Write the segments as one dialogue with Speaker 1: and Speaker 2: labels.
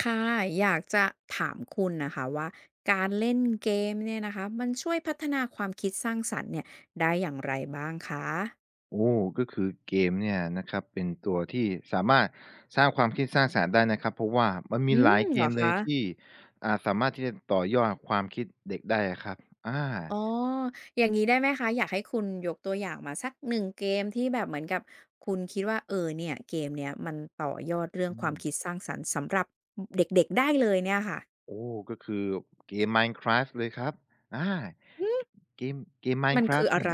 Speaker 1: ค่ะอยากจะถามคุณนะค่ะว่าการเล่นเกมเนี่ยนะคะมันช่วยพัฒนาความคิดสร้างสรรค์เนี่ยได้อย่างไรบ้างคะ
Speaker 2: โอ้ก็คือเกมเนี่ยนะครับเป็นตัวที่สามารถสร้างความคิดสร้างสรรค์ได้นะครับเพราะว่ามัน
Speaker 1: อื
Speaker 2: มีห
Speaker 1: ม
Speaker 2: ลายเก
Speaker 1: เหรอ
Speaker 2: มเลย
Speaker 1: คะ
Speaker 2: ที่สามารถที่จะต่อยอดความคิดเด็กได้อะครับอา
Speaker 1: อ๋ออย่างงี้ได้ไหมคะอยากให้คุณยกตัวอย่างมาสักหนึ่งเกมที่แบบเหมือนกับคุณคิดว่าเออเนี่ยเกมเนี้ยมันต่อยอดเรื่อง
Speaker 2: อื
Speaker 1: ควา
Speaker 2: ม
Speaker 1: มคิดสร้างสรรค์สำหรับอเด็กๆได้เลยเนี่ยค่ะ
Speaker 2: โอ้ก็คือเกม Minecraft เลยครับอาก
Speaker 1: อืม
Speaker 2: เกมเกม
Speaker 1: มันคือ
Speaker 2: Minecraft
Speaker 1: อะ
Speaker 2: เนี่ย
Speaker 1: ไร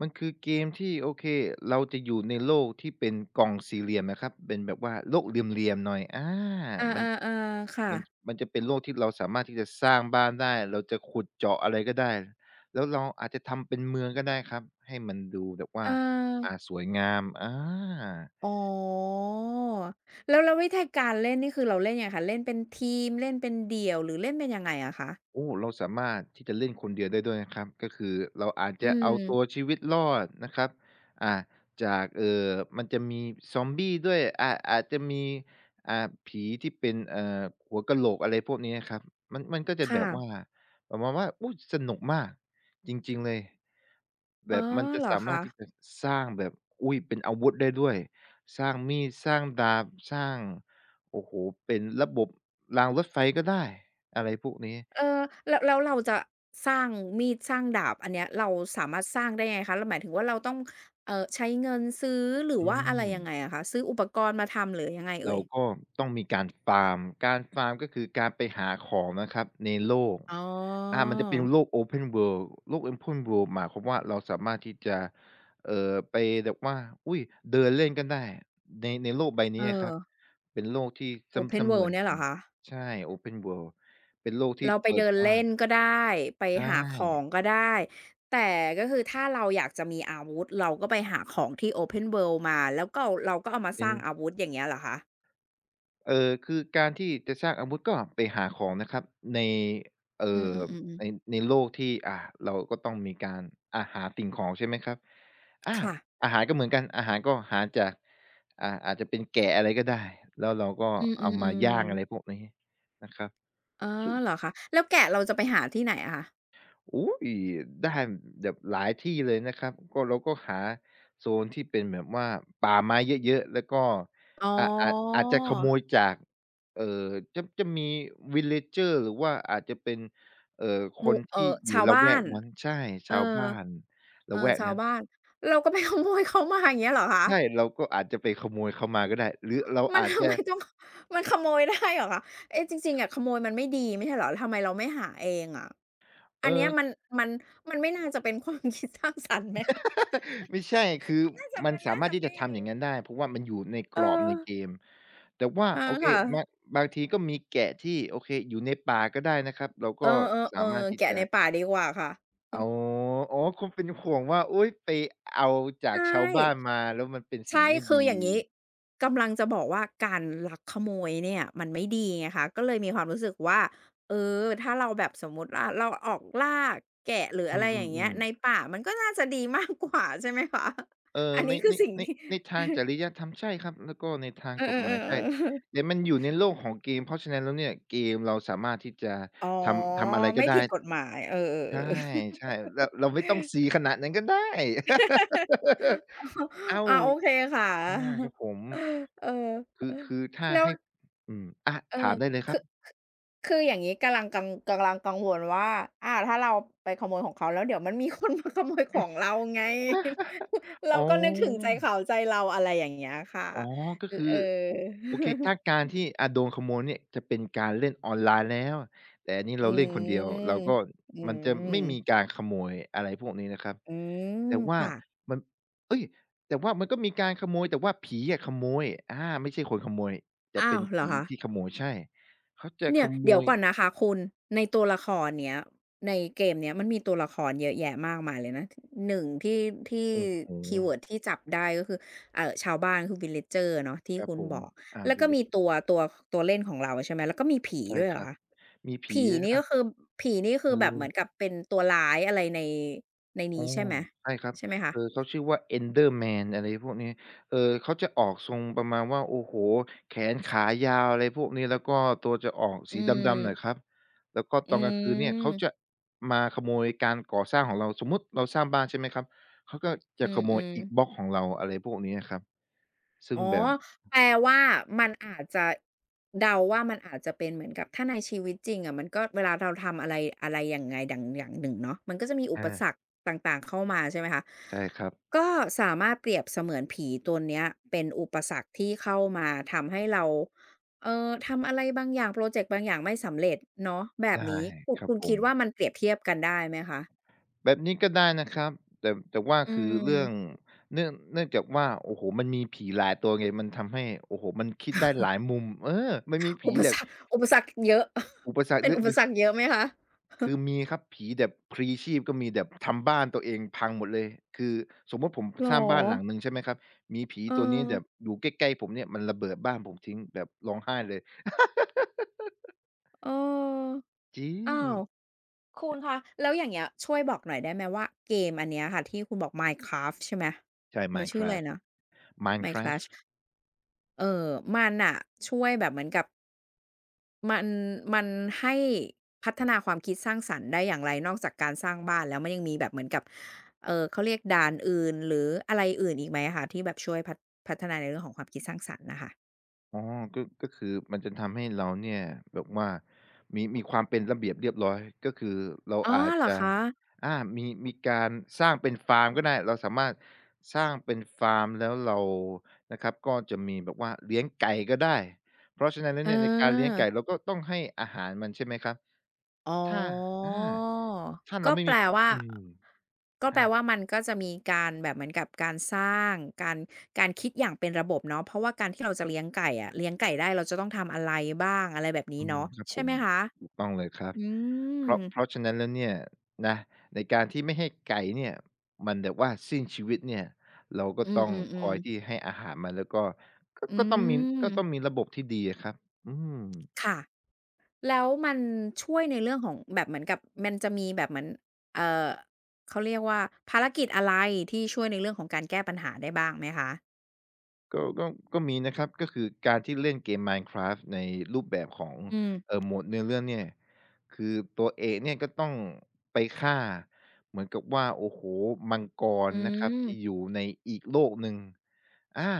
Speaker 2: มันคือเกมที่โอเคเราจะอยู่ในโลกที่เป็นกล่องสี่เหลี่ยมนะครับเป็นแบบว่าโลกเหลี่ยมๆหน่อยอา
Speaker 1: อา
Speaker 2: มัน
Speaker 1: ๆๆค่ะ
Speaker 2: มันมันจะเป็นโลกที่เราสามารถที่จะสร้างบ้านได้ เราจะขุดเจาะอะไรก็ได้ แล้วเราอาจจะทำเป็นเมืองก็ได้ครับ ให้มันดูแบบ
Speaker 1: เอ
Speaker 2: ว่า
Speaker 1: อ
Speaker 2: สวยงามอา
Speaker 1: อ๋อแล้วแล้ววิธีการเล่นนี่คือเราเล่นยังไงคะเล่นเป็นทีมเล่นเป็นเดี่ยวหรือเล่นเป็นยังไงอะคะ
Speaker 2: โอ้เราสามารถที่จะเล่นคนเดียวได้ด้วยนะครับก็คือเราอาจ
Speaker 1: อื
Speaker 2: จะเอาตัว
Speaker 1: ม
Speaker 2: ชีวิตรอดนะครับอ่าจากมันจะมีซอมบี้ด้วยอาอาจจะมีผีที่เป็นหัวกะโหลกอะไรพวกนี้นะครับมันก็จะแบ
Speaker 1: ค่ะ
Speaker 2: บว่าประมาณว่าอุ๊ยสนุกมาก จริงๆเลยแบ
Speaker 1: อ๋อ
Speaker 2: บมันจะ
Speaker 1: เหรอ
Speaker 2: สามาร
Speaker 1: คะ
Speaker 2: ถที่จะสร้างแบบ อุ๊ยเป็นอาวุธได้ด้วย สร้างมีดสร้างดาบสร้างโอ้โฮเป็นระบบรางรถไฟก็ได้อะไรพวกนี้
Speaker 1: เออแล้วแล้วเราจะสร้างมีดสร้างดาบอันเนี้ยเราสามารถสร้างได้ยังไงคะเราหมายถึงว่าเราต้องใช้เงินซื้อหรือ
Speaker 2: อื
Speaker 1: ว่าอะไร
Speaker 2: ม
Speaker 1: ยังไงอะคะซื้ออุปกรณ์มาทำหรือยังไงเอ่
Speaker 2: เรา
Speaker 1: ย
Speaker 2: ก็ต้องมีการฟาร์มการฟาร์มก็คือการไปหาของนะครับในโลก
Speaker 1: อ๋
Speaker 2: อา
Speaker 1: อ
Speaker 2: มันจะเป็นโลก Open World โลก Open World หมายความว่าเราสามารถที่จะไปแบบว่าอุ๊ยเดินเล่นก็ได้ในโลกใบ
Speaker 1: เอ
Speaker 2: นี้อะค
Speaker 1: อ
Speaker 2: รับเป็นโลกที่เส
Speaker 1: Open
Speaker 2: มือ
Speaker 1: World
Speaker 2: น
Speaker 1: เนี่ย
Speaker 2: จ
Speaker 1: เหร
Speaker 2: ริ
Speaker 1: อ
Speaker 2: ง
Speaker 1: คะ
Speaker 2: ใช่ Open World เป็นโลกที่
Speaker 1: เราไป
Speaker 2: เปิด
Speaker 1: เดิน
Speaker 2: กว้า
Speaker 1: เล่
Speaker 2: ง
Speaker 1: นก็ได้ไป
Speaker 2: ใช
Speaker 1: หาของ
Speaker 2: ่
Speaker 1: ก็ได้แต่ก็คือถ้าเราอยากจะมีอาวุธเราก็ไปหาของที่ Open World มาแล้วก็เอามาส
Speaker 2: เป็น
Speaker 1: ร้างอาวุธอย่างเงี้ยเหรอคะ
Speaker 2: คือการที่จะสร้างอาวุธก็ไปหาของนะครับในเอ่
Speaker 1: อืม
Speaker 2: อ
Speaker 1: ๆๆๆ
Speaker 2: ในในโลกที่เราก็ต้องมีการหาสิ่งของใช่ไหมครับอา
Speaker 1: ค่ะ
Speaker 2: อาหารก็เหมือนกันอาหารก็หาจากอาจจะเป็นแกะอะไรก็ได้แล้วเราก็
Speaker 1: อื
Speaker 2: เอามา
Speaker 1: ม
Speaker 2: ย่างอะไร
Speaker 1: ๆๆ
Speaker 2: พวกนี้นะครับ
Speaker 1: อ๋อ
Speaker 2: ซึ่ง
Speaker 1: เหรอคะแล้วแกะเราจะไปหาที่ไหนอะคะ
Speaker 2: อุ๊ยได้แบบหลายที่เลยนะครับก็เราก็หาโซนที่เป็นแบบว่าป่าไม้เยอะๆแล้วก็
Speaker 1: อ๋อ
Speaker 2: อาอาจจะขโมยจากเอ่อจะมี villager หรือว่าอาจจะเป็นเอ่อ
Speaker 1: ห
Speaker 2: คน
Speaker 1: มู่
Speaker 2: ที่อยู่
Speaker 1: ชาว
Speaker 2: ละแว
Speaker 1: บ้า
Speaker 2: ก
Speaker 1: น
Speaker 2: นั้นใช่
Speaker 1: เอ
Speaker 2: ชาว
Speaker 1: อ
Speaker 2: บ้าน
Speaker 1: เอ
Speaker 2: ละ
Speaker 1: อ
Speaker 2: แวก
Speaker 1: ชาว
Speaker 2: นั้น
Speaker 1: บ้านเราก็ไปขโมยเขามาอย่างเงี้ยเหรอคะ
Speaker 2: ใช่เราก็อาจจะไปขโมยเขามาก็ได้หรือเรา
Speaker 1: มัน
Speaker 2: อา จ
Speaker 1: ทำ
Speaker 2: จะ
Speaker 1: ไมต้องมันขโมยได้เหรอคะเอ๊ะจริงๆอะขโมยมันไม่ดีไม่ใช่เหรอทำไมเราไม่หาเองอะอั
Speaker 2: เอ
Speaker 1: นเนี้ย
Speaker 2: อ
Speaker 1: มันมันมันไม่น่าจะเป็นความคิดสร้างสรรค์ไหมคะ
Speaker 2: ไม่ใช่คือ
Speaker 1: มันน่าจะ
Speaker 2: มัน
Speaker 1: มัน
Speaker 2: สา
Speaker 1: น่า
Speaker 2: มารถ
Speaker 1: จะ
Speaker 2: ที่จะ
Speaker 1: ไม่
Speaker 2: ทำอย่างนั้นได้เพราะว่ามันอยู่ในก
Speaker 1: เอ
Speaker 2: รอบ
Speaker 1: อ
Speaker 2: ในเกมแต่ว่า
Speaker 1: อา
Speaker 2: โอเค
Speaker 1: ค่ะ
Speaker 2: บางบางทีก็มีแกะที่โอเคอยู่ในป่าก็ได้นะครับเรา
Speaker 1: เออ
Speaker 2: ก็สามารถ
Speaker 1: ๆๆ
Speaker 2: ที่
Speaker 1: แกะ
Speaker 2: จะ
Speaker 1: ในป่าดีกว่าค่ะ เออ
Speaker 2: เอาออ๋อคุเป็นห่วงว่าโอ๊ยไปเอาจาก
Speaker 1: ใช่
Speaker 2: ชาวบ้านมาแล้วมันเป็นสิ่ง
Speaker 1: ใช่
Speaker 2: ที่ไม่
Speaker 1: คื
Speaker 2: ดี
Speaker 1: ออย่างงี้กำลังจะบอกว่าการลักขโมยเนี่ยมันไม่ดีไงคะก็เลยมีความรู้สึกว่าเออถ้าเราแบบสมมุติว่าเราออกล่าแกะหรือ
Speaker 2: อื
Speaker 1: อะไร
Speaker 2: ม
Speaker 1: อ
Speaker 2: อืม
Speaker 1: ย่าง
Speaker 2: อื
Speaker 1: เงี้ย
Speaker 2: ม
Speaker 1: ในป่ามันก็น่าจะดีมากกว่าใช่ไหมคะ
Speaker 2: เออ
Speaker 1: อันนี้คือสิ่ง
Speaker 2: ใน
Speaker 1: ที่
Speaker 2: ในทาง จริยธรรมใช่ครับแล้วก็ในทาง
Speaker 1: เออ
Speaker 2: กฎหมายใช่
Speaker 1: ๆๆ
Speaker 2: แต่
Speaker 1: ๆ
Speaker 2: มันอยู่ในโลกของเกมเพราะฉะนั้นแล้วเนี่ยเกมเราสามารถที่จะ
Speaker 1: อ๋อ
Speaker 2: ทำอะไรก็
Speaker 1: ไม่
Speaker 2: ได้
Speaker 1: ผิดกฎหมายเออ
Speaker 2: ใช่ใช่ เราไม่ต้องซีขนาดนั้นก็ได้
Speaker 1: ๆ
Speaker 2: อ้า
Speaker 1: ๆออ
Speaker 2: ว
Speaker 1: อาโอเคค่
Speaker 2: อาครั
Speaker 1: ะ
Speaker 2: บผม
Speaker 1: เออ
Speaker 2: คือถ้า
Speaker 1: แล้ว
Speaker 2: ให้อืมอา
Speaker 1: เอ
Speaker 2: ถา
Speaker 1: อ
Speaker 2: มได้เลยค
Speaker 1: คื
Speaker 2: รับ
Speaker 1: อคอย่างงี้กำลังกังกำลังกังวลว่าอาถ้าเราไปขโมยของเขาแล้วเดี๋ยวมันมีคนมาขโมยของเราไง เรา
Speaker 2: อ๋อ
Speaker 1: ก็นึกถึงใจเขาใจเราอะไรอย่างเงี้ยค่ะ
Speaker 2: อ๋อก็
Speaker 1: อ
Speaker 2: คื
Speaker 1: เอ
Speaker 2: อ
Speaker 1: อ
Speaker 2: โอโอเคถ้าการที่โดนขโมยเนี่ยจะเป็นการเล่นออนไลน์แล้วแต่อันนี้
Speaker 1: อื
Speaker 2: เราเล่นคนเดียวเรา
Speaker 1: ม
Speaker 2: ก็
Speaker 1: อื
Speaker 2: มันจะไม่มี
Speaker 1: ม
Speaker 2: การขโมยอะไรพวกนี้นะครับ
Speaker 1: อืม
Speaker 2: แต่ว่า
Speaker 1: ค่ะ
Speaker 2: มันเฮ้ยแต่ว่ามันก็มีการขโมยแต่ว่าผีอะขโมยอาไม่ใช่คนขโมยแต่
Speaker 1: อ้า
Speaker 2: เป็น
Speaker 1: วเหรอ
Speaker 2: ผี
Speaker 1: คะ
Speaker 2: ที่ขโมยใช่เขาจะ
Speaker 1: เนี่
Speaker 2: ข
Speaker 1: ย
Speaker 2: โม
Speaker 1: เดี๋ยว
Speaker 2: ย
Speaker 1: ก่อนนะคะคุณในตัวละครเนี้ยในเกมเนี้ยมันมีตัวละครเยอะแยะมากมายเลยนะ1ที่ที่
Speaker 2: โอ้โฮ
Speaker 1: คีย์เวิร์ดที่จับได้ก็คือชาวบ้านคือ villager เนาะที่
Speaker 2: ครับ
Speaker 1: คุณ
Speaker 2: ผม
Speaker 1: บอก
Speaker 2: อ่า
Speaker 1: แล้วก็มี
Speaker 2: Villager
Speaker 1: ตัวตัวเล่นของเราใช่ไหมแล้วก็มีผี
Speaker 2: ใช่
Speaker 1: ด้วย
Speaker 2: ค
Speaker 1: เหรอ
Speaker 2: รับ
Speaker 1: คะ
Speaker 2: มีผี
Speaker 1: ผี
Speaker 2: ด้วยนะ
Speaker 1: นี่
Speaker 2: ครั
Speaker 1: ก็
Speaker 2: บ
Speaker 1: คือผีนี่ก็
Speaker 2: เ
Speaker 1: คือแบบเหมือน
Speaker 2: ออ
Speaker 1: กับเป็นตัวร้ายอะไรในใน
Speaker 2: อ๋
Speaker 1: นี้
Speaker 2: อ
Speaker 1: ใช่ไหม
Speaker 2: ใช่ครับ
Speaker 1: ใช่ไหมคะ
Speaker 2: เออเขาชื่อว่า Enderman อะไรพวกนี้เออเขาจะออกทรงประมาณว่าโอ้โฮแขนขายาวอะไรพวกนี้แล้วก็ตัวจะออก
Speaker 1: อื
Speaker 2: สีดำๆหน่อยค
Speaker 1: ม
Speaker 2: รับแล้วก็ต
Speaker 1: อื
Speaker 2: อนกลางคืนเนี่ยเขาจะ
Speaker 1: ม
Speaker 2: มาขโมยการก่อสร้างของเราสมมุติเราสร้างบ้านใช่ไหมครับเขาก็จะ
Speaker 1: อื
Speaker 2: ขโมยอิฐบ
Speaker 1: ๆ
Speaker 2: ล็อกของเราอะไรพวกนี้อะครับซึ่ง
Speaker 1: อ๋อ
Speaker 2: แบบ
Speaker 1: แปลว่ามันอาจจะเดาว่ามันอาจจะเป็นเหมือนกับถ้าในชีวิตจริงอะมันก็เวลาเราทำอะไรอะไรยังไงอย่างอย่างหนึ่งเนาะมันก็จะมีอุป
Speaker 2: อา
Speaker 1: สรรคต่างๆเข้ามาใช่ไหมคะ
Speaker 2: ใช่ครับ
Speaker 1: ก็สามารถเปรียบเสมือนผีตัวเนี้ยเป็นอุปสรรคที่เข้ามาทำให้เราทำอะไรบางอย่างพรอเจกต์บางอย่างไม่สำเร็จเนาะแบบ
Speaker 2: ได้
Speaker 1: นี้คุณ
Speaker 2: ครับผ
Speaker 1: คิ
Speaker 2: ม
Speaker 1: ดว่ามันเปรียบเทียบกันได้ไหมคะ
Speaker 2: แบบนี้ก็ได้นะครับแต่ว่า
Speaker 1: อื
Speaker 2: คือเรื่อง
Speaker 1: ม
Speaker 2: เนื่องจากว่าโอ้โฮมันมีผีหลายตัวไงมันทำให้โอ้โฮมันคิดได้หลายมุมเออมันมีผี
Speaker 1: อุป
Speaker 2: แบ
Speaker 1: ส
Speaker 2: บ
Speaker 1: รรคเยอะ
Speaker 2: อุปส รรค
Speaker 1: เป็
Speaker 2: ห
Speaker 1: น
Speaker 2: รือ
Speaker 1: อุ
Speaker 2: ห
Speaker 1: ป
Speaker 2: รื
Speaker 1: ส
Speaker 2: อ
Speaker 1: รรคเยอะไหมคะ
Speaker 2: คือมีครับผีแบบพลีชีพก็มีแบบทำบ้านตัวเองพังหมดเลยคือสมมุติผม
Speaker 1: เหรอ
Speaker 2: สร้างบ้านหลังหนึ่งใช่ไหมครับมีผี
Speaker 1: เออ
Speaker 2: ตัวนี้แบบอยู่ใกล้ๆผมเนี่ยมันระเบิดบ้านผมทิ้งแบบร้องไห้เลย
Speaker 1: เออ
Speaker 2: จริง
Speaker 1: อ้าวคุณคะ แล้วอย่างเงี้ยช่วยบอกหน่อยได้ไหมว่าเกมอันเนี้ยค่ะที่คุณบอก Minecraft ใช่ไหม
Speaker 2: ใช่
Speaker 1: มันชื่ออะไร
Speaker 2: Minecraft
Speaker 1: นะ
Speaker 2: Minecraft
Speaker 1: เออมันน่ะช่วยแบบเหมือนกับมันมันให้พัฒนาความคิดสร้างสรรค์ได้อย่างไรนอกจากการสร้างบ้านแล้วมันยังมีแบบเหมือนกับเขาเรียกด่านอื่นหรืออะไรอื่นอีกไหมอะคะที่แบบช่วยพัฒพัฒนาในเรื่องของความคิดสร้างสรรค์น่ะค่ะ
Speaker 2: อ๋อก็คือมันจะทำให้เราเนี่ยแบบว่า มีความเป็นระเบียบเรียบร้อย ก็คือเรา
Speaker 1: อ๋อ
Speaker 2: อาจ
Speaker 1: เหรอ
Speaker 2: จะ
Speaker 1: คะ
Speaker 2: อามีการสร้างเป็นฟาร์มก็ได้เราสามารถสร้างเป็นฟาร์มแล้วเรานะครับก็จะมีแบบว่าเลี้ยงไก่ก็ได้เพราะฉะนั้นแล้ว
Speaker 1: เออ
Speaker 2: เนี่ยในการเลี้ยงไก่เราก็ต้องให้อาหารมันใช่ไหมครับ
Speaker 1: อ๋อ
Speaker 2: ถ้าอาถ้าเรา
Speaker 1: ก็
Speaker 2: ไม่
Speaker 1: แป
Speaker 2: มี
Speaker 1: ลว่า
Speaker 2: อืมอา
Speaker 1: มันก็จะมีการแบบเหมือนกับการสร้างการคิดอย่างเป็นระบบเนาะเพราะว่าการที่เราจะเลี้ยงไก่อะเลี้ยงไก่ได้เราจะต้องทำอะไรบ้างอะไรแบบนี้
Speaker 2: อืม
Speaker 1: เนาะ
Speaker 2: ครับผ
Speaker 1: ใช่
Speaker 2: ม
Speaker 1: ไหมคะ
Speaker 2: ถูกต้องเลยครับ
Speaker 1: อื
Speaker 2: เพ
Speaker 1: ม
Speaker 2: ราะเพราะฉะนั้นแล้วเนี่ยนะในการที่ไม่ให้ไก่เนี่ยมันแบบว่าสิ้นชีวิตเนี่ยเราก็
Speaker 1: อืม
Speaker 2: ต้องคอย
Speaker 1: ๆ
Speaker 2: ที่
Speaker 1: ๆ
Speaker 2: ให้อาหารมันแล้วก็ก็
Speaker 1: อื
Speaker 2: ก็ต้องมี
Speaker 1: ม
Speaker 2: ก็ต้องมีระบบที่ดีอะครับอืม
Speaker 1: ค่ะแล้วมันช่วยในเรื่องของแบบเหมือนกับมันจะมีแบบเหมือนเอ่อเขาเรียกว่าภารกิจอะไรที่ช่วยในเรื่องของการแก้ปัญหาได้บ้างไหมคะ
Speaker 2: ก็ก็มีนะครับก็คือการที่เล่นเกม Minecraft ในรูปแบบของ
Speaker 1: อืม
Speaker 2: โหมดเนื้อเรื่องเนี่ยคือตัวเอกเนี่ยก็ต้องไปฆ่าเหมือนกับว่าโอ้โฮมังกร
Speaker 1: อื
Speaker 2: นะครับ
Speaker 1: ม
Speaker 2: ที่อยู่ในอีกโลกหนึ่งอา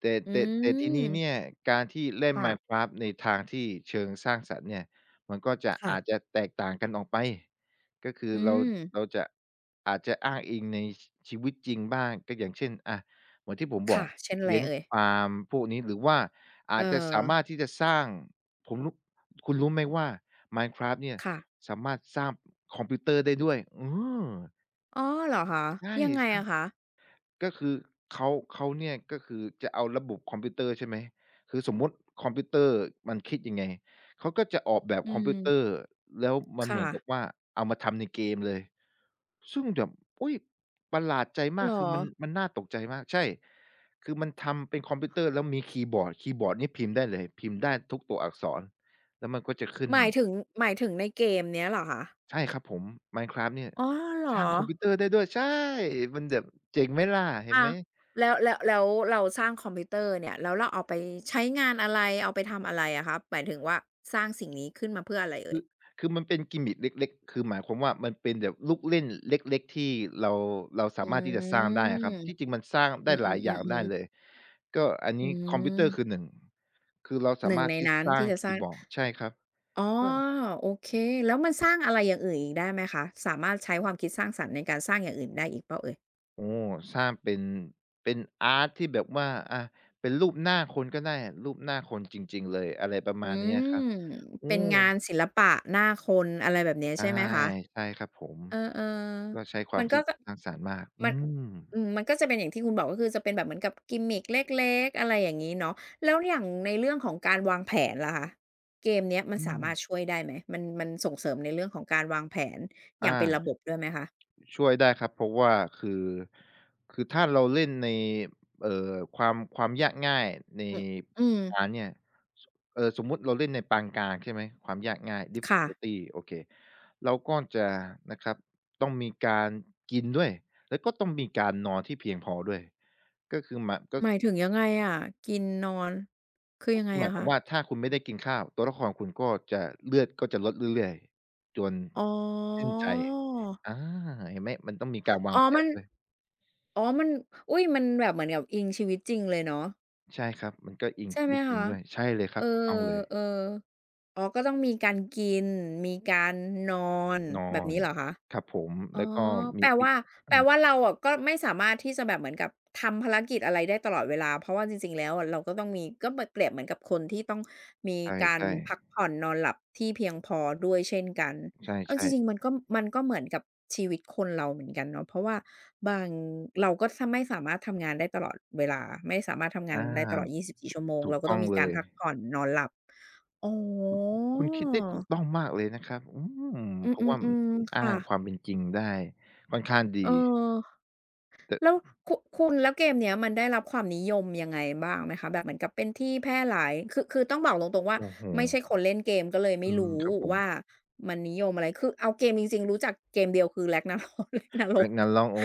Speaker 2: แต่
Speaker 1: อื
Speaker 2: แต่แต่ทีนี้เนี่ย
Speaker 1: ม
Speaker 2: การที่เล่น
Speaker 1: ค่ะ
Speaker 2: Minecraft ในทางที่เชิงสร้างสรรค์เนี่ยมันก็จะ
Speaker 1: ค่ะ
Speaker 2: อาจจะแตกต่างกันออกไปก็คือ
Speaker 1: อื
Speaker 2: เรา
Speaker 1: ม
Speaker 2: เราจะอาจจะอ้างอิงในชีวิตจริงบ้างก็อย่างเช่นเหมือนที่ผมบอ
Speaker 1: ค่ะ
Speaker 2: ก
Speaker 1: เช่นไร
Speaker 2: เลี้ยง
Speaker 1: เอ่ย
Speaker 2: ฟาร์มพวกนี้หรือว่าอา
Speaker 1: เอ
Speaker 2: จจะ
Speaker 1: อ
Speaker 2: สามารถที่จะสร้างผมรู้คุณรู้ไหมว่า Minecraft เนี่ย
Speaker 1: ค่ะ
Speaker 2: สามารถสร้างคอมพิวเตอร์ได้ด้วยเออ
Speaker 1: อ๋อเหรอคะ
Speaker 2: ใช่
Speaker 1: ยังไง
Speaker 2: สร้าง
Speaker 1: อะคะ
Speaker 2: ก็คือเขาเนี่ยก็คือจะเอาระบบคอมพิวเตอร์ใช่ไหมคือสมมุติคอมพิวเตอร์มันคิดยังไงเขาก็จะออกแบบ
Speaker 1: อื
Speaker 2: คอมพิวเตอ
Speaker 1: ม
Speaker 2: ร์แล้วมันเห
Speaker 1: ค่ะ
Speaker 2: มือนกับว่าเอามาทำในเกมเลยซึ่งแบบอุ๊ยประหลาดใจมา
Speaker 1: เหร
Speaker 2: กคื
Speaker 1: อ
Speaker 2: อมันน่าตกใจมากใช่คือมันทำเป็นคอมพิวเตอร์แล้วมีคีย์บอร์ดคีย์บอร์ดนี่พิมพ์ได้เลยพิมพ์ได้ทุกตัวอักษรแล้วมันก็จะขึ้น
Speaker 1: หมายถึงหมายถึงในเกมเนี้ยเหรอคะ
Speaker 2: ใช่ครับผม Minecraft เนี่ย
Speaker 1: อ๋อเหรอ
Speaker 2: สร้างคอมพิวเตอร์ได้ด้วยใช่มันแบบเจ๋งไหมล่ะเห็น
Speaker 1: อา
Speaker 2: ไหม
Speaker 1: แล้วเราสร้างคอมพิวเตอร์เนี่ยแล้วเราเอาไปใช้งานอะไรเอาไปทำอะไรอะคะหมายถึงว่าสร้างสิ่งนี้ขึ้นมาเพื่ออะไรเอ่
Speaker 2: คื
Speaker 1: ย
Speaker 2: อคือมันเป็นกิมมิกเล็กๆ คือหมายความว่ามันเป็นแบบลูกเล่นเล็กๆ ที่เราเรา
Speaker 1: อื
Speaker 2: สามารถที่จะสร้างได้อะครั
Speaker 1: ม
Speaker 2: บที่จริงมันสร้าง
Speaker 1: อื
Speaker 2: ได้หลายอย่างได้
Speaker 1: อๆ
Speaker 2: เล
Speaker 1: ๆ
Speaker 2: ย
Speaker 1: ๆ
Speaker 2: ก็อัน
Speaker 1: อื
Speaker 2: นี้คอมพิวเตอร์คือ
Speaker 1: ม
Speaker 2: หนึ่งคือเรา
Speaker 1: ห
Speaker 2: สา
Speaker 1: นึ่ง
Speaker 2: มารถ
Speaker 1: ใน
Speaker 2: ที่
Speaker 1: นั้น
Speaker 2: สร้าง
Speaker 1: ที่จะส
Speaker 2: คี
Speaker 1: ร้าง
Speaker 2: ย์บอร์ดใช่ครับ
Speaker 1: อ๋อ
Speaker 2: ก็
Speaker 1: โอเคแล้วมันสร้างอะไรอย่างอื่นอีกได้ไหมคะสามารถใช้ความคิดสร้างสรรค์ในการสร้างอย่างอื่นได้อีกเปล่าเอ่ย
Speaker 2: โอ้สร้างเป็นเป็นอาร์ตที่แบบว่าเป็นรูปหน้าคนก็ได้รูปหน้าคนจริงๆเลยอะไรประ
Speaker 1: อื
Speaker 2: มาณนี้ยครับ
Speaker 1: ม
Speaker 2: อื
Speaker 1: เป็น
Speaker 2: ม
Speaker 1: งานศิลปะหน้าคนอะไรแบบเนี้ย
Speaker 2: ใช่
Speaker 1: ใช่ไหมคะ
Speaker 2: ใช่ครับผม
Speaker 1: เออ
Speaker 2: ก็ใช้ค
Speaker 1: ๆ
Speaker 2: วามคิดสร้างสรรค์มากอื
Speaker 1: มัน
Speaker 2: ม
Speaker 1: อืมมันก็จะเป็นอย่างที่คุณบอกก็คือจะเป็นแบบเหมือนกับกิมมิกเล็กๆอะไรอย่างงี้เนาะแล้วอย่างในเรื่องของการวางแผนล่ะคะเกมเนี้ยมัน
Speaker 2: อื
Speaker 1: สา
Speaker 2: ม
Speaker 1: มารถช่วยได้ไหมมันส่งเสริมในเรื่องของการวางแผนอย่าง
Speaker 2: อา
Speaker 1: เป็นระบบด้วยไหมคะ
Speaker 2: ช่วยได้ครับเพราะว่าคือคือถ้าเราเล่นในความยากง่ายใน
Speaker 1: อืออืม
Speaker 2: งานเนี่ยสสมมุติเราเล่นในปานกลางใช่ไหมความยากง่าย
Speaker 1: ค่ะ
Speaker 2: difficulty โอเคเราก็จะนะครับต้องมีการกินด้วยแล้วก็ต้องมีการนอนที่เพียงพอด้วยก็คือหมายก็
Speaker 1: หมายถึงยังไงอะกินนอนคือ
Speaker 2: ก็
Speaker 1: ยังไง
Speaker 2: คือหมาย
Speaker 1: อะ
Speaker 2: ความ
Speaker 1: คะ
Speaker 2: ว่าถ้าคุณไม่ได้กินข้าวตัวละครคุณก็จะเลือดก็จะลดเรื่อยๆจน
Speaker 1: อ๋อ
Speaker 2: สิ้นใจอาเห็นไหมมันต้องมีการวาง
Speaker 1: อ๋อ
Speaker 2: แผ
Speaker 1: มั
Speaker 2: น
Speaker 1: น
Speaker 2: ด้วย
Speaker 1: อ๋อมันอุ๊ยมันแบบเหมือนกับอิงชีวิตจริงเลยเนาะ
Speaker 2: ใช่ครับมันก็อิง
Speaker 1: ใช่
Speaker 2: ชี
Speaker 1: ไหม
Speaker 2: วิตจริง
Speaker 1: คะ
Speaker 2: ด้วยใช่เลยค
Speaker 1: เอ
Speaker 2: รั
Speaker 1: อ
Speaker 2: บถูกต้องเลย
Speaker 1: ๆอ๋อก็ต้องมีการกินมีการนอน
Speaker 2: นอ
Speaker 1: แบบ
Speaker 2: น
Speaker 1: นี้เหรอคะ
Speaker 2: ครับผม
Speaker 1: อ๋
Speaker 2: แล้
Speaker 1: อ
Speaker 2: วก็
Speaker 1: แป
Speaker 2: มี
Speaker 1: ลว่าแป
Speaker 2: อา
Speaker 1: ลว่าเราอะก็ไม่สามารถที่จะแบบเหมือนกับทำภารกิจอะไรได้ตลอดเวลาเพราะว่าจริงๆแล้วอะเราก็ต้องมีก็เหมือนเปรียบเหมือนกับคนที่ต้องมี
Speaker 2: ใ
Speaker 1: การ
Speaker 2: ช่
Speaker 1: พัก
Speaker 2: ๆ
Speaker 1: ผ่อนนอนหลับที่เพียงพอด้วยเช่นกัน
Speaker 2: ใ
Speaker 1: เอาจ
Speaker 2: ช่
Speaker 1: ริง
Speaker 2: ๆ
Speaker 1: ๆมันก็เหมือนกับชีวิตคนเราเหมือนกันเนาะเพราะว่าบางเราก็ทำไม่สามารถทำงานได้ตลอดเวลาไม่สามารถทำ
Speaker 2: อ
Speaker 1: งานได้ตลอด
Speaker 2: า
Speaker 1: 24ชั่วโมง
Speaker 2: ถูก
Speaker 1: เราก็
Speaker 2: ต้
Speaker 1: ต้
Speaker 2: อ
Speaker 1: อ
Speaker 2: ง
Speaker 1: งมี
Speaker 2: เล
Speaker 1: การ
Speaker 2: ย
Speaker 1: พักผ่อนนอนหลับอ๋อ
Speaker 2: คุณคิดได้ถูกต้องมากเลยนะครับอืม
Speaker 1: อ
Speaker 2: เพราะว่ามั
Speaker 1: ื
Speaker 2: น
Speaker 1: อ
Speaker 2: คุณ
Speaker 1: ๆๆ
Speaker 2: อ้า
Speaker 1: ค่ะ
Speaker 2: งความเป็นจริงได้ค่อนข้าง
Speaker 1: เอ
Speaker 2: ดี
Speaker 1: อ
Speaker 2: แต่
Speaker 1: แล้วคุณแล้วเกมเนี้ยมันได้รับความนิยมยังไงบ้างไหมคะแบบเหมือนกับเป็นที่แพร่หลายคือต้องบอกตรงๆว่า
Speaker 2: โอ้โฮ
Speaker 1: ไม่ใช่คนเล่นเกมก็เลยไม่
Speaker 2: อืม
Speaker 1: รู้
Speaker 2: ครับผม
Speaker 1: ว่ามันนิยมอะไรคือเอาเกมจริงๆรู้จักเกมเดียวคือ Ragnarok Ragnarok
Speaker 2: Ragnarok อ๋อ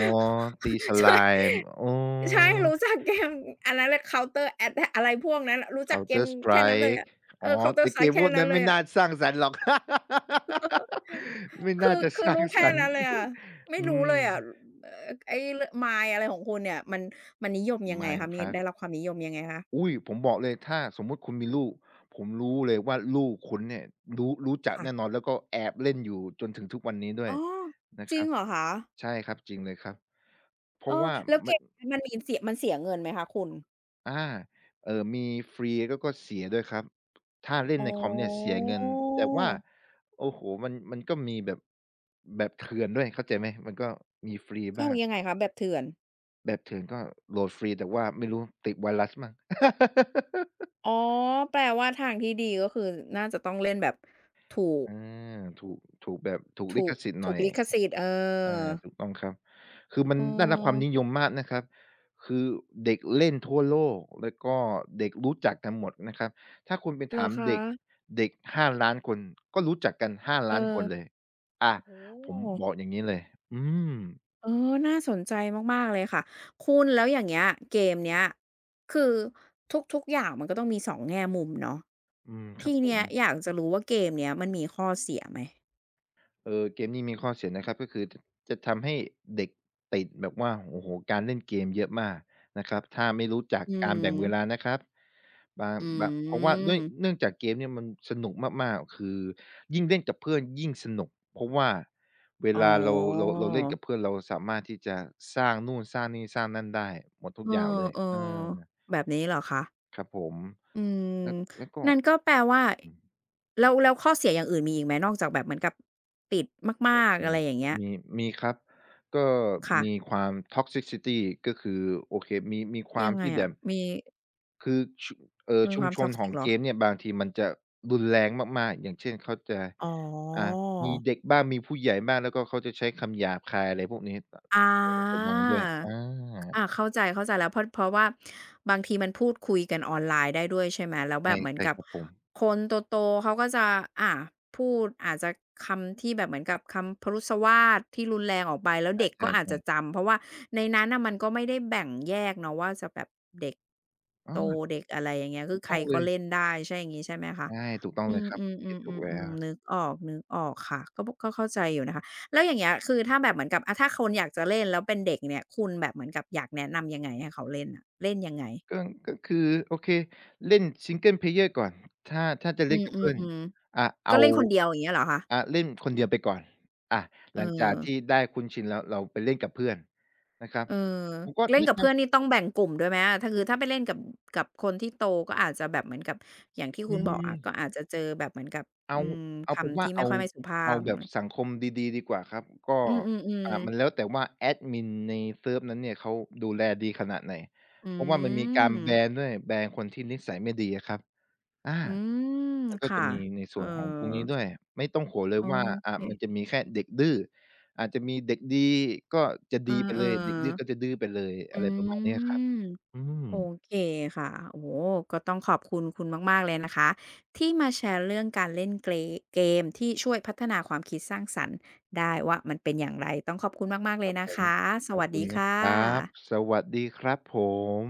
Speaker 2: ตีส l
Speaker 1: ใช่
Speaker 2: i ม e อ๋อ
Speaker 1: ใช่รู้จักเกมอันนั้นเลย Counter Attack อะไรพวกนั้นรู้จักเกม
Speaker 2: Counter
Speaker 1: แค่นั้นเลย
Speaker 2: Strike
Speaker 1: อะเอ
Speaker 2: อ๋อ
Speaker 1: อ Counter
Speaker 2: แต่เก
Speaker 1: Strike
Speaker 2: มพ
Speaker 1: แค่
Speaker 2: วก
Speaker 1: นั้
Speaker 2: นั้
Speaker 1: น
Speaker 2: น
Speaker 1: เล
Speaker 2: ไม่
Speaker 1: ยอะ
Speaker 2: น่าสร้างสรรค์หรอก ไม่
Speaker 1: คื
Speaker 2: น่า
Speaker 1: อ
Speaker 2: จะส
Speaker 1: คือ
Speaker 2: ร้าง
Speaker 1: รู้
Speaker 2: ส
Speaker 1: แค่
Speaker 2: รรค์
Speaker 1: นั้นเลยอะไม่
Speaker 2: อื
Speaker 1: รู้
Speaker 2: ม
Speaker 1: เลยอะไอ้ร Mind อะไรของคุณเนี่ยมันนิยมยังไงคะมีได้
Speaker 2: Minecraft
Speaker 1: รับความนิยมยังไงคะ
Speaker 2: อุ๊ยผมบอกเลยถ้าสมมุติคุณมีลูกผมรู้เลยว่าลูกคุณเนี่ยรู้จัก
Speaker 1: ค่ะ
Speaker 2: แน่นอนแล้วก็แอบเล่นอยู่จนถึงทุกวันนี้ด้วย
Speaker 1: อ๋อ
Speaker 2: นะ
Speaker 1: จ
Speaker 2: ค
Speaker 1: ริง
Speaker 2: รับ
Speaker 1: เหรอคะ
Speaker 2: ใช่ครับจริงเลยครับเพ
Speaker 1: เอ
Speaker 2: ราะ
Speaker 1: อ
Speaker 2: ว่า
Speaker 1: แล้วเก
Speaker 2: มัน
Speaker 1: มนี้มันเสียเงินไหมคะคุณ
Speaker 2: อามีฟรีแล้วก็เสียด้วยครับถ้าเล่น
Speaker 1: อ๋
Speaker 2: ในคอมเนี่ยเสี
Speaker 1: อ
Speaker 2: ยเงินแต่ว่าโอ้โฮมันก็มีแบบแบบเถื่อนด้วยเข้าใจไหมมันก็มีฟรี
Speaker 1: เข้า
Speaker 2: บ้าง
Speaker 1: ยังไงคะแบบเถื่อน
Speaker 2: แบบเถื่อนก็โหลดฟรีแต่ว่าไม่รู้ติดไวรัสมั้ง
Speaker 1: อ๋อแปลว่าทางที่ดีก็คือน่าจะต้องเล่นแบบถูก
Speaker 2: อาถูกถูกแบบถูกลิ
Speaker 1: ถู
Speaker 2: ข
Speaker 1: ก
Speaker 2: สิทธิ์ห
Speaker 1: ถู
Speaker 2: น่
Speaker 1: ก
Speaker 2: อย
Speaker 1: ลิขสิทธิ์เอ
Speaker 2: อ
Speaker 1: อ
Speaker 2: าถูกต้องครับคือมั
Speaker 1: เ
Speaker 2: นได้รับความ
Speaker 1: ออ
Speaker 2: นิยมมากนะครับคือเด็กเล่นทั่วโลกแล้วก็เด็กรู้จักกันหมดนะครับถ้าคุณไป
Speaker 1: เหร
Speaker 2: ถา
Speaker 1: อ
Speaker 2: ม
Speaker 1: คะ
Speaker 2: เด็กเด็ก5้าล้านคนก็รู้จักกัน5้า
Speaker 1: เออ
Speaker 2: ล้านคนเลยอา
Speaker 1: โอ้โฮ
Speaker 2: ผมบอกอย่างงี้เลยอืม
Speaker 1: เออน่าสนใจมากๆเลยค่ะคุณแล้วอย่างเงี้ยเกมเนี้ยคือทุกๆอย่างมันก็ต้องมีสองแง่มุมเนาะ
Speaker 2: อืมครั
Speaker 1: ที
Speaker 2: บผ
Speaker 1: เนี้
Speaker 2: ม
Speaker 1: ยอยากจะรู้ว่าเกมเนี้ยมันมีข้อเสียไหม
Speaker 2: เออเกมนี้มีข้อเสียนะครับก็คือจะทำให้เด็กติดแบบว่าโอ้โฮการเล่นเกมเยอะมากนะครับถ้าไม่รู้จัก
Speaker 1: อื
Speaker 2: การ
Speaker 1: ม
Speaker 2: แบ่งเวลานะครับบาง
Speaker 1: อื
Speaker 2: บางเพราะว่าด้ว
Speaker 1: ม
Speaker 2: ยเนื่องจากเกมเนี่ยมันสนุกมากๆคือยิ่งเล่นกับเพื่อนยิ่งสนุกเพราะว่าเว
Speaker 1: อ๋อ
Speaker 2: ลาเราเล่นกับเพื่อนเราสามารถที่จะสร้างนู่นสร้างนี่สร้างนั่นได้หมดทุ
Speaker 1: เอ
Speaker 2: ก
Speaker 1: อ
Speaker 2: อย่างเลยเออ
Speaker 1: ๆแบบนี้เหรอคะ
Speaker 2: ครับผม
Speaker 1: อืม
Speaker 2: แล้วแล้วก็
Speaker 1: นั่นก็แปลว่า
Speaker 2: อืม
Speaker 1: แล้วข้อเสียอย่างอื่นมีอีกไหมนอกจากแบบเหมือนกับติดมาก
Speaker 2: อื
Speaker 1: ๆอะ
Speaker 2: ม
Speaker 1: ไรอย่างเงี้ย
Speaker 2: มีมีครับก็มี
Speaker 1: ค่ะ
Speaker 2: ความ toxicity ก็คือโอเคมีควา
Speaker 1: ยั
Speaker 2: ม
Speaker 1: งไง
Speaker 2: ที่แบ
Speaker 1: อะ
Speaker 2: บคือชุ
Speaker 1: มี
Speaker 2: ชุ
Speaker 1: ค
Speaker 2: ม
Speaker 1: วาม
Speaker 2: ชนขอ
Speaker 1: toxic
Speaker 2: ง
Speaker 1: เหร
Speaker 2: เก
Speaker 1: อ
Speaker 2: มเนี่ยบางทีมันจะรุนแรงมากๆอย่างเช่นเขาจะ
Speaker 1: อ๋อ
Speaker 2: อ่ามีเด็กบ้างมีผู้ใหญ่บ้างแล้วก็เขาจะใช้คำหยาบคายอะไรพวกนี้
Speaker 1: อา
Speaker 2: ต้องระวังด้วย
Speaker 1: อาเข้าใจเข้าใจแล้วเพราะว่าบางทีมันพูดคุยกันออนไลน์ได้ด้วยใช่ไหมแล้วแบ
Speaker 2: ใช่
Speaker 1: บเหมือน
Speaker 2: ใช่
Speaker 1: กับ
Speaker 2: ครับผม
Speaker 1: คนโตๆเขาก็จะอาพูดอาจจะคำที่แบบเหมือนกับคำพรุสวาทที่รุนแรงออกไปแล้ว
Speaker 2: ใ
Speaker 1: เด็กก็
Speaker 2: ช่
Speaker 1: อาจจะ
Speaker 2: ๆ
Speaker 1: จำเพราะว่าในนั้นน่ะมันก็ไม่ได้แบ่งแยกเนาะว่าจะแบบเด็ก
Speaker 2: ๆ
Speaker 1: โตเด็กอะไรอย่างเงี้ยคื
Speaker 2: ถู
Speaker 1: อ
Speaker 2: ก
Speaker 1: ใค
Speaker 2: ต้
Speaker 1: ร
Speaker 2: องเล
Speaker 1: ก็
Speaker 2: ย
Speaker 1: เล่นได้ใช่อย่างงี้ใช่ไหมคะ
Speaker 2: ใช่ถูกต้อง
Speaker 1: อื
Speaker 2: เลย
Speaker 1: ม
Speaker 2: ครับคุณคิดถูก
Speaker 1: ๆ
Speaker 2: แล้ว
Speaker 1: ๆๆๆนึกออกๆค่ะก็เข้าใจอยู่นะคะ แล้วอย่างเงี้ยคือถ้าแบบเหมือนกับอะถ้าคนอยากจะเล่นแล้วเป็นเด็กเนี่ยคุณแบบเหมือนกับอยากแนะนำยังไงให้เขาเล่นอะเล่นยังไง
Speaker 2: ก็ก็คือโอเคเล่น Single Player ก่อนถ้าจะ
Speaker 1: อื
Speaker 2: เล่นกับเพื่อน
Speaker 1: มๆๆ
Speaker 2: เอา
Speaker 1: ก็เล่นคนเดียวอย่างเงี้ยเหรอคะ
Speaker 2: เล่นคนเดียวไปก่อนอา
Speaker 1: เอ
Speaker 2: ห
Speaker 1: อ
Speaker 2: ลังจากที่ได้คุ้นชินแล้วเราไปเล่นกับเพื่อนนะครับ
Speaker 1: เออ
Speaker 2: ผมก็
Speaker 1: เล่น
Speaker 2: แนะ
Speaker 1: กับเพื่อน
Speaker 2: นำ
Speaker 1: นี่ต้องแบ่งกลุ่มด้วยไหมอะถ้าไปเล่นกับคนที่โตก็อาจจะแบบเหมือนกับอย่างที่
Speaker 2: อื
Speaker 1: คุณบอกอะก็
Speaker 2: ม
Speaker 1: อาจจะเจอแบบเหมือนกับ
Speaker 2: เอา
Speaker 1: อืม
Speaker 2: เอาเป็น
Speaker 1: คำ
Speaker 2: ว่า
Speaker 1: ที่
Speaker 2: เอา
Speaker 1: ไม่สุภา
Speaker 2: เอา
Speaker 1: พ
Speaker 2: แบ
Speaker 1: อะ
Speaker 2: บ
Speaker 1: ไร
Speaker 2: สังคมดีๆดีกว่าครับก็
Speaker 1: อืมๆ
Speaker 2: มั
Speaker 1: ๆ
Speaker 2: นแล้วแต่ว่าแอดมินในเซิร์ฟนั้นเนี่ยเขาดูแลดีขนาดไหน
Speaker 1: อื
Speaker 2: เพราะว่ามันมีการ
Speaker 1: ม
Speaker 2: แบนด้วยแบนคนที่นิสัยไม่ดีอะครับอา
Speaker 1: อืม
Speaker 2: มันก็จะ
Speaker 1: ค่ะ
Speaker 2: มีใน
Speaker 1: เอ
Speaker 2: ส่
Speaker 1: อ
Speaker 2: วนของตรงนี้ด้วยไม่ต้องห่วงเลย
Speaker 1: โอ
Speaker 2: ว่ามันจะ
Speaker 1: เค
Speaker 2: มีแค่เด็กดื้ออาจจะมีเด็กดีก็จะ
Speaker 1: เออ
Speaker 2: ดีไปเลยเด็กดื้อก็จะดื้อไปเลย
Speaker 1: ๆอื
Speaker 2: อะไรประมาณเนี้ยครับ
Speaker 1: ม
Speaker 2: อืม
Speaker 1: โอเคค่ะโอ้โหก็ต้องขอบคุณคุณมากๆเลยนะคะที่มาแชร์เรื่องการเล่นเกมที่ช่วยพัฒนาความคิดสร้างสรรค์ได้ว่ามันเป็นอย่างไรต้องขอบคุณมากๆเลย
Speaker 2: ผ
Speaker 1: นะ
Speaker 2: ม
Speaker 1: คะส
Speaker 2: ขอบ
Speaker 1: วัส
Speaker 2: คุณ
Speaker 1: ดี
Speaker 2: นะ
Speaker 1: ค่
Speaker 2: ครับส
Speaker 1: ะ
Speaker 2: วัสดีครับผม